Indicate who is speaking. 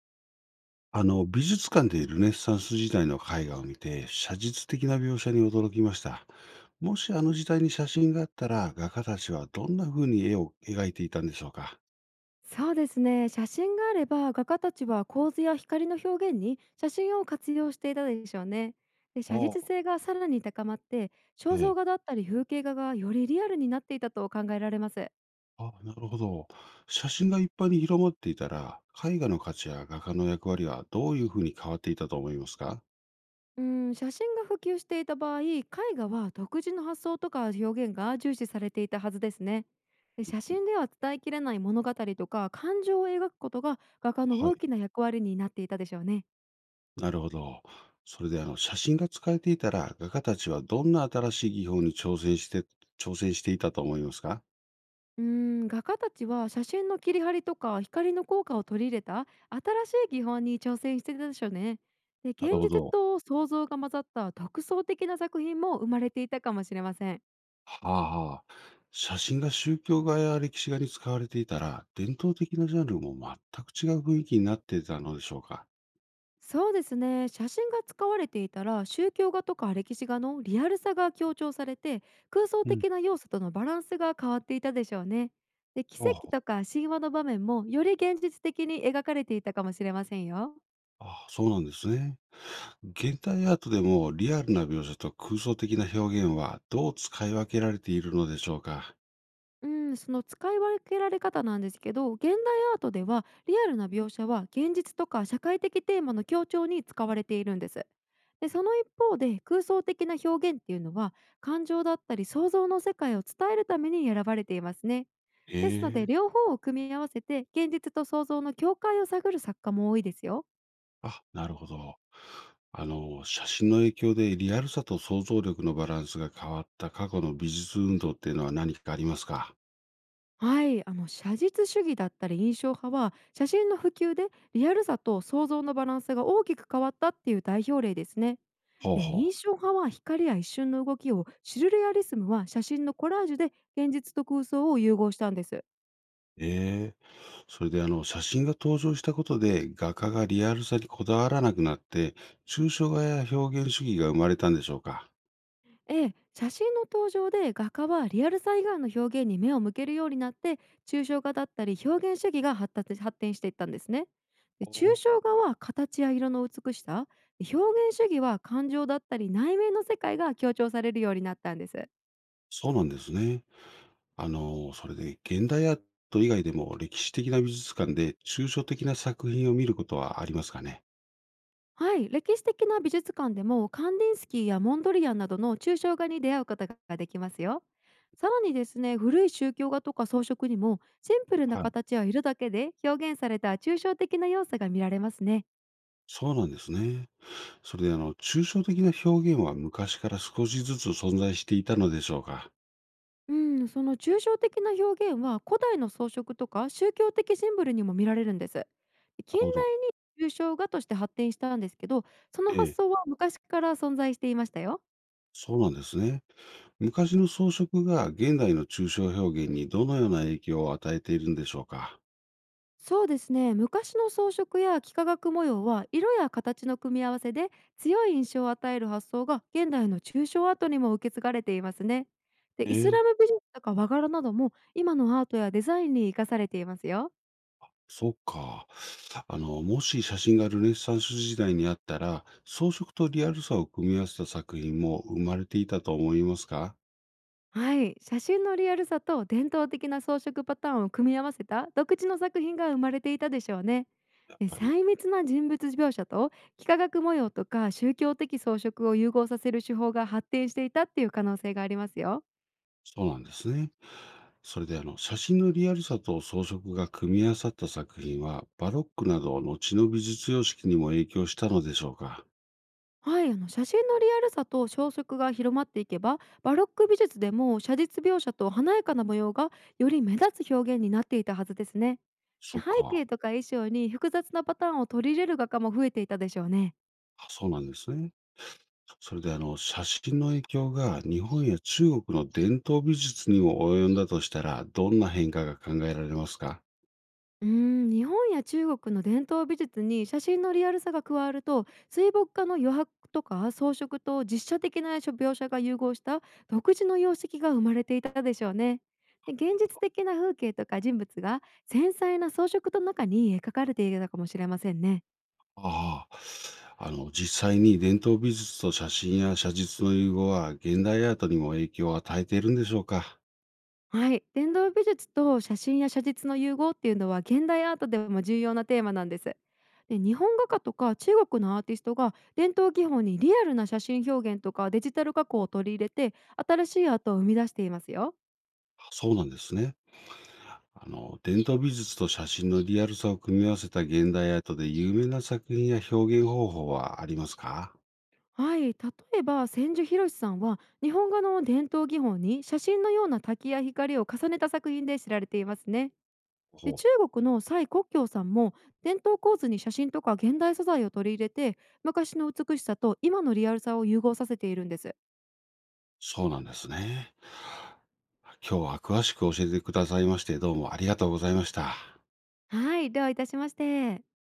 Speaker 1: 美術館でルネサンス時代の絵画を見て、写実的な描写に驚きました。もしあの時代に写真があったら、画家たちはどんな風に絵を描いていたんでしょうか？
Speaker 2: そうですね、写真があれば画家たちは構図や光の表現に写真を活用していたでしょうね。で、写
Speaker 1: あ
Speaker 2: 実
Speaker 1: あ、
Speaker 2: 性がさらに高まって、肖
Speaker 1: え
Speaker 2: 像
Speaker 1: え。
Speaker 2: 画だったり風景画がよりリアルになっていたと考えられます。
Speaker 1: あ、なるほど。写真が一般に広まっていたら、絵画の価値や画家の役割はどういう風に変わっていたと思いますか？
Speaker 2: うん、写真が普及していた場合、絵画は独自の発想とか表現が重視されていたはずですね。で、
Speaker 1: う
Speaker 2: 写
Speaker 1: ん、
Speaker 2: 真では伝えきれない物語とか感情を描くことが画家の
Speaker 1: は
Speaker 2: 大
Speaker 1: い。
Speaker 2: きな役割になっていたでしょうね。
Speaker 1: なるほど。それで写真が使えていたら、画家たちはどんな新しい技法に挑戦して、いたと思いますか？
Speaker 2: うー画家たちは写真の切り張りとか光の効果を取り入れた新しい技法に挑戦してたでしょうね。で、
Speaker 1: なる
Speaker 2: 現
Speaker 1: ほ
Speaker 2: 実
Speaker 1: ど。
Speaker 2: と想像が混ざった独創的な作品も生まれていたかもしれません。
Speaker 1: はああ。写真が宗教画や歴史画に使われていたら、伝統的なジャンルも全く違う雰囲気になっていたのでしょうか。
Speaker 2: そうですね。写真が使われていたら、宗教画とか歴史画のリアルさが強調されて、空想
Speaker 1: うん。
Speaker 2: 的な要素とのバランスが変わっていたでしょうね。で、奇跡とか神話の場面もより現実的に描かれていたかもしれませんよ。
Speaker 1: ああ、ああ、そうなんですね。現代アートでもリアルな描写と空想的な表現はどう使い分けられているのでしょうか。
Speaker 2: うん、その使い分けられ方なんですけど、現代アートではリアルな描写は現実とか社会的テーマの強調に使われているんです。で、その一方で空想的な表現っていうのは、感情だったり想像の世界を伝えるために選ばれていますね。
Speaker 1: え
Speaker 2: ですので、
Speaker 1: え、
Speaker 2: 両方を組み合わせて現実と想像の境界を探る作家も多いですよ。
Speaker 1: あ、なるほど。写真の影響でリアルさと想像力のバランスが変わった過去の美術運動っていうのは何かありますか？
Speaker 2: はい、写実主義だったり印象派は写真の普及でリアルさと想像のバランスが大きく変わったっていう代表例ですね。
Speaker 1: ほう
Speaker 2: で、
Speaker 1: ほう。
Speaker 2: 印象派は光や一瞬の動きを、シュルレアリスムは写真のコラージュで現実と空想を融合したんです。
Speaker 1: ええ。それで写真が登場したことで、画家がリアルさにこだわらなくなって、抽象画や表現主義が生まれたんでしょうか？
Speaker 2: ええ、写真の登場で画家はリアルさ以外の表現に目を向けるようになって、抽象画だったり表現主義が発達発展していったんですね。で、抽
Speaker 1: お、
Speaker 2: 象画は形や色の美しさ、表現主義は感情だったり内面の世界が強調されるようになったんです。
Speaker 1: そうなんですね。あの、それで現代アート以外でも歴史的な美術館で抽象的な作品を見ることはありますかね？
Speaker 2: はい、歴史的な美術館でもカンディンスキーやモンドリアンなどの抽象画に出会うことができますよ。さらにですね、古い宗教画とか装飾にもシンプルな
Speaker 1: はい。
Speaker 2: 形や色だけで表現された抽象的な要素が見られますね。
Speaker 1: そうなんですね。それで抽象的な表現は昔から少しずつ存在していたのでしょうか？
Speaker 2: うん、その抽象的な表現は古代の装飾とか宗教的シンボルにも見られるんです。
Speaker 1: な
Speaker 2: 近
Speaker 1: るほど。
Speaker 2: 代に抽象画として発展したんですけど、その
Speaker 1: え
Speaker 2: 発
Speaker 1: え、
Speaker 2: 想は昔から存在していましたよ。
Speaker 1: そうなんですね。昔の装飾が現代の抽象表現にどのような影響を与えているんでしょうか？
Speaker 2: そうですね、昔の装飾や幾何学模様は色や形の組み合わせで強い印象を与える発想が現代の抽象アートにも受け継がれていますね。で、
Speaker 1: え
Speaker 2: イス
Speaker 1: ー、
Speaker 2: ラム美術とか和柄なども今のアートやデザインに生かされていますよ。
Speaker 1: そっか。もし写真がルネサンス時代にあったら、装飾とリアルさを組み合わせた作品も生まれていたと思いますか？
Speaker 2: はい、写真のリアルさと伝統的な装飾パターンを組み合わせた独自の作品が生まれていたでしょうね。
Speaker 1: やっ
Speaker 2: で、
Speaker 1: ぱり、
Speaker 2: 細密な人物描写と幾何学模様とか宗教的装飾を融合させる手法が発展していたっていう可能性がありますよ。
Speaker 1: そうなんですね。それで写真のリアルさと装飾が組み合わさった作品は、バロックなど後の美術様式にも影響したのでしょうか？
Speaker 2: はい、写真のリアルさと消息が広まっていけば、バロック美術でも写実描写と華やかな模様がより目立つ表現になっていたはずですね。
Speaker 1: そ
Speaker 2: 背
Speaker 1: っか。
Speaker 2: 景とか衣装に複雑なパターンを取り入れる画家も増えていたでしょうね。
Speaker 1: あ、そうなんですね。それで写真の影響が日本や中国の伝統美術にも及んだとしたら、どんな変化が考えられますか？
Speaker 2: うー日本や中国の伝統美術に写真のリアルさが加わると、水墨画の余白とか装飾と実写的な描写が融合した独自の様式が生まれていたでしょうね。で、現実的な風景とか人物が繊細な装飾の中に描かれていたかもしれませんね。
Speaker 1: ああ、実際に伝統美術と写真や写実の融合は現代アートにも影響を与えているんでしょうか？
Speaker 2: はい、伝統美術と写真や写実の融合っていうのは現代アートでも重要なテーマなんです。で、日本画家とか中国のアーティストが伝統技法にリアルな写真表現とかデジタル加工を取り入れて新しいアートを生み出していますよ。
Speaker 1: そうなんですね。あの、伝統美術と写真のリアルさを組み合わせた現代アートで有名な作品や表現方法はありますか？
Speaker 2: はい、例えば千住博さんは日本画の伝統技法に写真のような滝や光を重ねた作品で知られていますね。で、
Speaker 1: ほう、
Speaker 2: 中国の蔡国強さんも伝統構図に写真とか現代素材を取り入れて、昔の美しさと今のリアルさを融合させているんです。
Speaker 1: そうなんですね。今日は詳しく教えてくださいまして、どうもありがとうございました。
Speaker 2: はい、どういたしまして。